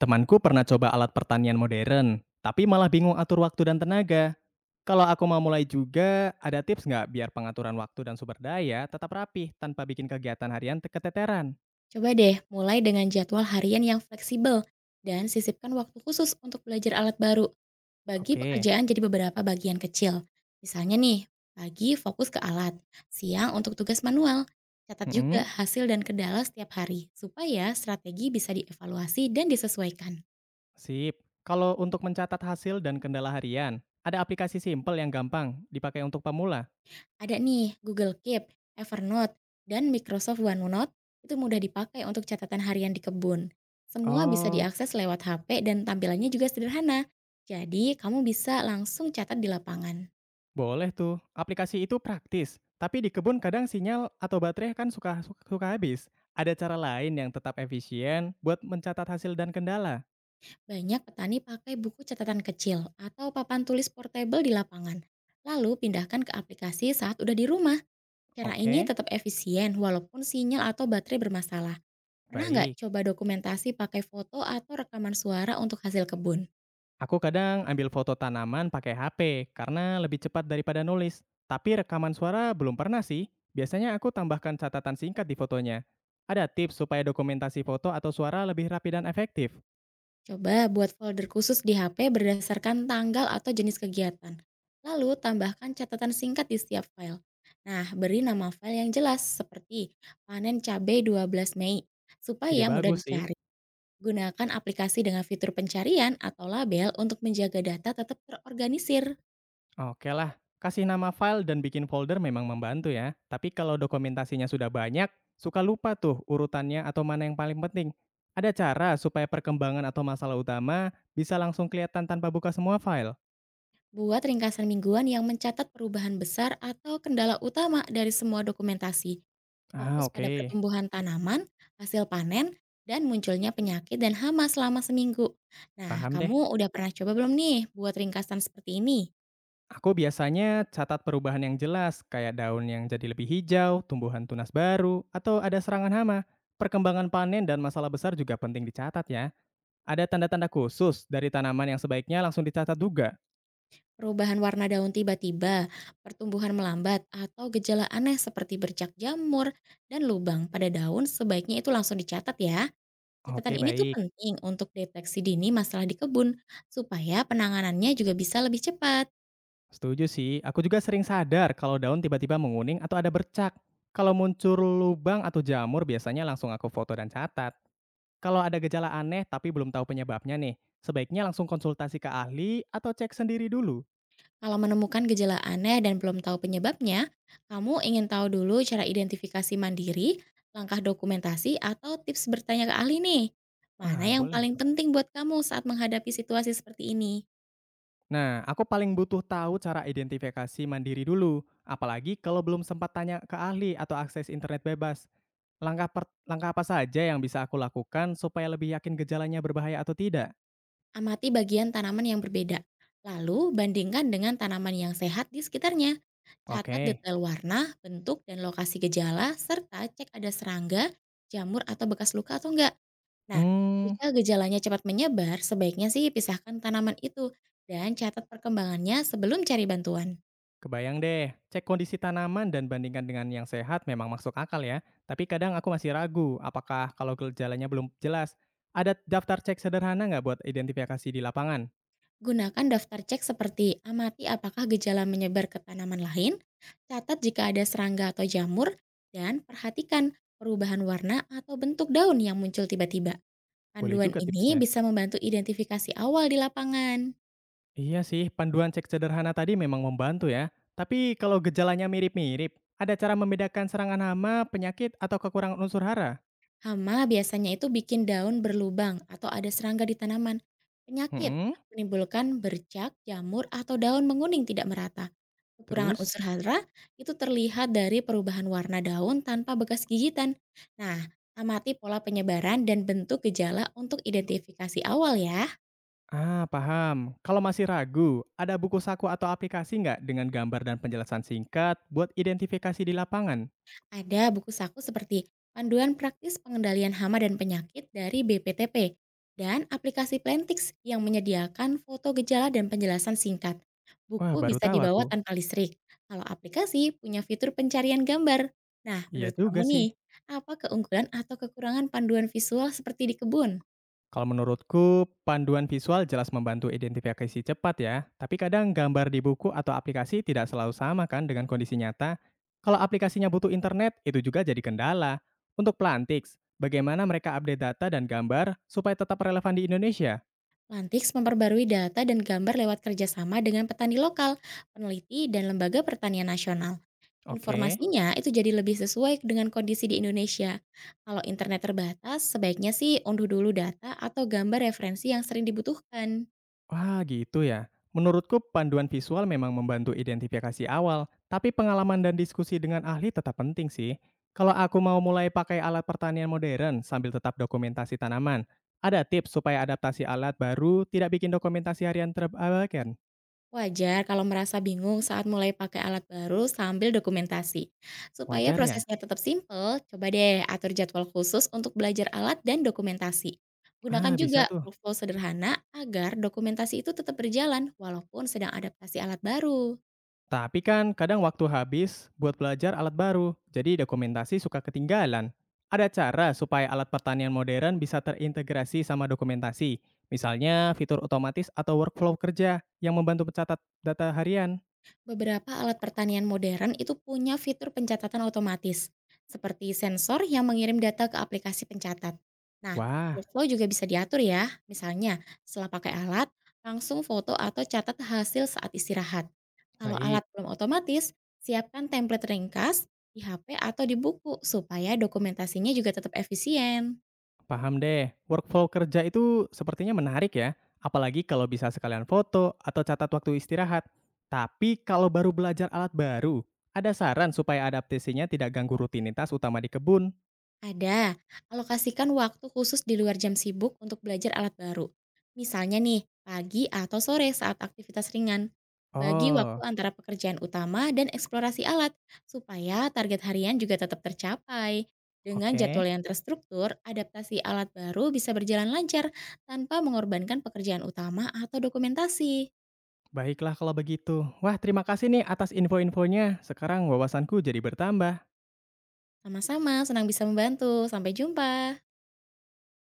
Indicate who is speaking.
Speaker 1: Temanku pernah coba alat pertanian modern, tapi malah bingung atur waktu dan tenaga. Kalau aku mau mulai juga, ada tips nggak biar pengaturan waktu dan sumber daya tetap rapih tanpa bikin kegiatan harian keteteran?
Speaker 2: Coba deh mulai dengan jadwal harian yang fleksibel dan sisipkan waktu khusus untuk belajar alat baru. Bagi
Speaker 1: Oke.
Speaker 2: pekerjaan jadi beberapa bagian kecil. Misalnya nih, pagi fokus ke alat, siang untuk tugas manual. Catat juga
Speaker 1: Mm-mm.
Speaker 2: hasil dan kendala setiap hari supaya strategi bisa dievaluasi dan disesuaikan.
Speaker 1: Sip. Kalau untuk mencatat hasil dan kendala harian, ada aplikasi simple yang gampang dipakai untuk pemula.
Speaker 2: Ada nih Google Keep, Evernote, dan Microsoft OneNote itu mudah dipakai untuk catatan harian di kebun. Semua bisa
Speaker 1: Oh,
Speaker 2: diakses lewat HP dan tampilannya juga sederhana. Jadi, kamu bisa langsung catat di lapangan.
Speaker 1: boleh tuh. Aplikasi itu praktis, tapi di kebun kadang sinyal atau baterai kan suka suka suka habis. Ada cara lain yang tetap efisien buat mencatat hasil dan kendala.
Speaker 2: Banyak petani pakai buku catatan kecil atau papan tulis portable di lapangan. Lalu pindahkan ke aplikasi saat udah di rumah. Cara ini
Speaker 1: Oke,
Speaker 2: tetap efisien walaupun sinyal atau baterai bermasalah. Pernah nggak
Speaker 1: baik.
Speaker 2: coba dokumentasi pakai foto atau rekaman suara untuk hasil kebun?
Speaker 1: Aku kadang ambil foto tanaman pakai HP karena lebih cepat daripada nulis. Tapi rekaman suara belum pernah sih. Biasanya aku tambahkan catatan singkat di fotonya. Ada tips supaya dokumentasi foto atau suara lebih rapi dan efektif?
Speaker 2: Coba buat folder khusus di HP berdasarkan tanggal atau jenis kegiatan. Lalu tambahkan catatan singkat di setiap file. Nah, beri nama file yang jelas seperti panen cabai 12 Mei
Speaker 1: Ide
Speaker 2: supaya mudah
Speaker 1: bagus sih.
Speaker 2: dicari. Gunakan aplikasi dengan fitur pencarian atau label untuk menjaga data tetap terorganisir.
Speaker 1: Oke lah, kasih nama file dan bikin folder memang membantu ya. Tapi kalau dokumentasinya sudah banyak, suka lupa tuh urutannya atau mana yang paling penting. Ada cara supaya perkembangan atau masalah utama bisa langsung kelihatan tanpa buka semua file?
Speaker 2: Buat ringkasan mingguan yang mencatat perubahan besar atau kendala utama dari semua dokumentasi.
Speaker 1: Ah,
Speaker 2: Fokus pada
Speaker 1: oke.
Speaker 2: pertumbuhan tanaman, hasil panen, dan munculnya penyakit dan hama selama seminggu. Nah,
Speaker 1: Paham deh.
Speaker 2: kamu udah pernah coba belum nih buat ringkasan seperti ini?
Speaker 1: Aku biasanya catat perubahan yang jelas, kayak daun yang jadi lebih hijau, tumbuhan tunas baru, atau ada serangan hama. Perkembangan panen dan masalah besar juga penting dicatat ya. Ada tanda-tanda khusus dari tanaman yang sebaiknya langsung dicatat juga.
Speaker 2: Perubahan warna daun tiba-tiba, pertumbuhan melambat, atau gejala aneh seperti bercak jamur dan lubang pada daun sebaiknya itu langsung dicatat ya. Catatan
Speaker 1: Oke,
Speaker 2: ini tuh
Speaker 1: baik.
Speaker 2: penting untuk deteksi dini masalah di kebun, supaya penanganannya juga bisa lebih cepat.
Speaker 1: Setuju sih. Aku juga sering sadar kalau daun tiba-tiba menguning atau ada bercak. Kalau muncul lubang atau jamur, biasanya langsung aku foto dan catat. Kalau ada gejala aneh tapi belum tahu penyebabnya nih, sebaiknya langsung konsultasi ke ahli atau cek sendiri dulu.
Speaker 2: Kalau menemukan gejala aneh dan belum tahu penyebabnya, kamu ingin tahu dulu cara identifikasi mandiri, langkah dokumentasi, atau tips bertanya ke ahli nih. Mana
Speaker 1: Wah,
Speaker 2: yang
Speaker 1: boleh.
Speaker 2: paling penting buat kamu saat menghadapi situasi seperti ini?
Speaker 1: Nah, aku paling butuh tahu cara identifikasi mandiri dulu, apalagi kalau belum sempat tanya ke ahli atau akses internet bebas. Langkah apa saja yang bisa aku lakukan supaya lebih yakin gejalanya berbahaya atau tidak?
Speaker 2: Amati bagian tanaman yang berbeda, lalu bandingkan dengan tanaman yang sehat di sekitarnya. Catat
Speaker 1: Oke.
Speaker 2: detail warna, bentuk, dan lokasi gejala, serta cek ada serangga, jamur, atau bekas luka atau enggak. Nah,
Speaker 1: Hmm,
Speaker 2: jika gejalanya cepat menyebar, sebaiknya sih pisahkan tanaman itu dan catat perkembangannya sebelum cari bantuan.
Speaker 1: kebayang deh. Cek kondisi tanaman dan bandingkan dengan yang sehat memang masuk akal ya. Tapi kadang aku masih ragu apakah kalau gejalanya belum jelas. Ada daftar cek sederhana nggak buat identifikasi di lapangan?
Speaker 2: Gunakan daftar cek seperti amati apakah gejala menyebar ke tanaman lain, catat jika ada serangga atau jamur, dan perhatikan perubahan warna atau bentuk daun yang muncul tiba-tiba.
Speaker 1: Boleh
Speaker 2: Panduan
Speaker 1: juga
Speaker 2: ini
Speaker 1: tipsnya.
Speaker 2: bisa membantu identifikasi awal di lapangan.
Speaker 1: Iya sih, panduan cek sederhana tadi memang membantu ya. Tapi kalau gejalanya mirip-mirip, ada cara membedakan serangan hama, penyakit, atau kekurangan unsur hara?
Speaker 2: Hama biasanya itu bikin daun berlubang atau ada serangga di tanaman. Penyakit
Speaker 1: Hmm,
Speaker 2: menimbulkan bercak, jamur, atau daun menguning tidak merata. Kekurangan
Speaker 1: terus?
Speaker 2: unsur hara itu terlihat dari perubahan warna daun tanpa bekas gigitan. Nah, amati pola penyebaran dan bentuk gejala untuk identifikasi awal ya.
Speaker 1: Ah, paham. Kalau masih ragu, ada buku saku atau aplikasi nggak dengan gambar dan penjelasan singkat buat identifikasi di lapangan?
Speaker 2: Ada buku saku seperti Panduan Praktis Pengendalian Hama dan Penyakit dari BPTP dan aplikasi Plantix yang menyediakan foto gejala dan penjelasan singkat.
Speaker 1: Wah,
Speaker 2: Buku
Speaker 1: baru
Speaker 2: bisa
Speaker 1: tahu
Speaker 2: dibawa
Speaker 1: aku.
Speaker 2: tanpa listrik, kalau aplikasi punya fitur pencarian gambar. Nah,
Speaker 1: Iya
Speaker 2: menurut kamu
Speaker 1: juga sih.
Speaker 2: nih, apa keunggulan atau kekurangan panduan visual seperti di kebun?
Speaker 1: Kalau menurutku, panduan visual jelas membantu identifikasi cepat ya, tapi kadang gambar di buku atau aplikasi tidak selalu sama kan dengan kondisi nyata. Kalau aplikasinya butuh internet, itu juga jadi kendala. Untuk Plantix, bagaimana mereka update data dan gambar supaya tetap relevan di Indonesia?
Speaker 2: Plantix memperbarui data dan gambar lewat kerjasama dengan petani lokal, peneliti, dan lembaga pertanian nasional.
Speaker 1: Oke.
Speaker 2: Informasinya itu jadi lebih sesuai dengan kondisi di Indonesia. Kalau internet terbatas, sebaiknya sih unduh dulu data atau gambar referensi yang sering dibutuhkan.
Speaker 1: Wah, gitu ya. Menurutku panduan visual memang membantu identifikasi awal, tapi pengalaman dan diskusi dengan ahli tetap penting sih. Kalau aku mau mulai pakai alat pertanian modern sambil tetap dokumentasi tanaman, ada tips supaya adaptasi alat baru tidak bikin dokumentasi harian terabaikan?
Speaker 2: Wajar kalau merasa bingung saat mulai pakai alat baru sambil dokumentasi. Supaya
Speaker 1: Wajar ya?
Speaker 2: prosesnya tetap simpel, coba deh atur jadwal khusus untuk belajar alat dan dokumentasi. Gunakan
Speaker 1: Ah, bisa
Speaker 2: juga
Speaker 1: tuh.
Speaker 2: workflow sederhana agar dokumentasi itu tetap berjalan walaupun sedang adaptasi alat baru.
Speaker 1: Tapi kan kadang waktu habis buat belajar alat baru, jadi dokumentasi suka ketinggalan. Ada cara supaya alat pertanian modern bisa terintegrasi sama dokumentasi, misalnya fitur otomatis atau workflow kerja yang membantu mencatat data harian.
Speaker 2: Beberapa alat pertanian modern itu punya fitur pencatatan otomatis, seperti sensor yang mengirim data ke aplikasi pencatat. Nah,
Speaker 1: Wah,
Speaker 2: workflow juga bisa diatur ya, misalnya setelah pakai alat, langsung foto atau catat hasil saat istirahat. Kalau alat
Speaker 1: baik.
Speaker 2: belum otomatis, siapkan template ringkas di HP atau di buku supaya dokumentasinya juga tetap efisien.
Speaker 1: Paham deh, workflow kerja itu sepertinya menarik ya, apalagi kalau bisa sekalian foto atau catat waktu istirahat. Tapi kalau baru belajar alat baru, ada saran supaya adaptasinya tidak ganggu rutinitas utama di kebun.
Speaker 2: Ada, alokasikan waktu khusus di luar jam sibuk untuk belajar alat baru. Misalnya nih, pagi atau sore saat aktivitas ringan. Bagi waktu
Speaker 1: Oh,
Speaker 2: antara pekerjaan utama dan eksplorasi alat, supaya target harian juga tetap tercapai. Dengan jadwal
Speaker 1: oke,
Speaker 2: yang terstruktur, adaptasi alat baru bisa berjalan lancar tanpa mengorbankan pekerjaan utama atau dokumentasi.
Speaker 1: baiklah kalau begitu. Wah, terima kasih nih atas info-infonya. Sekarang wawasanku jadi bertambah.
Speaker 2: Sama-sama, senang bisa membantu. Sampai jumpa.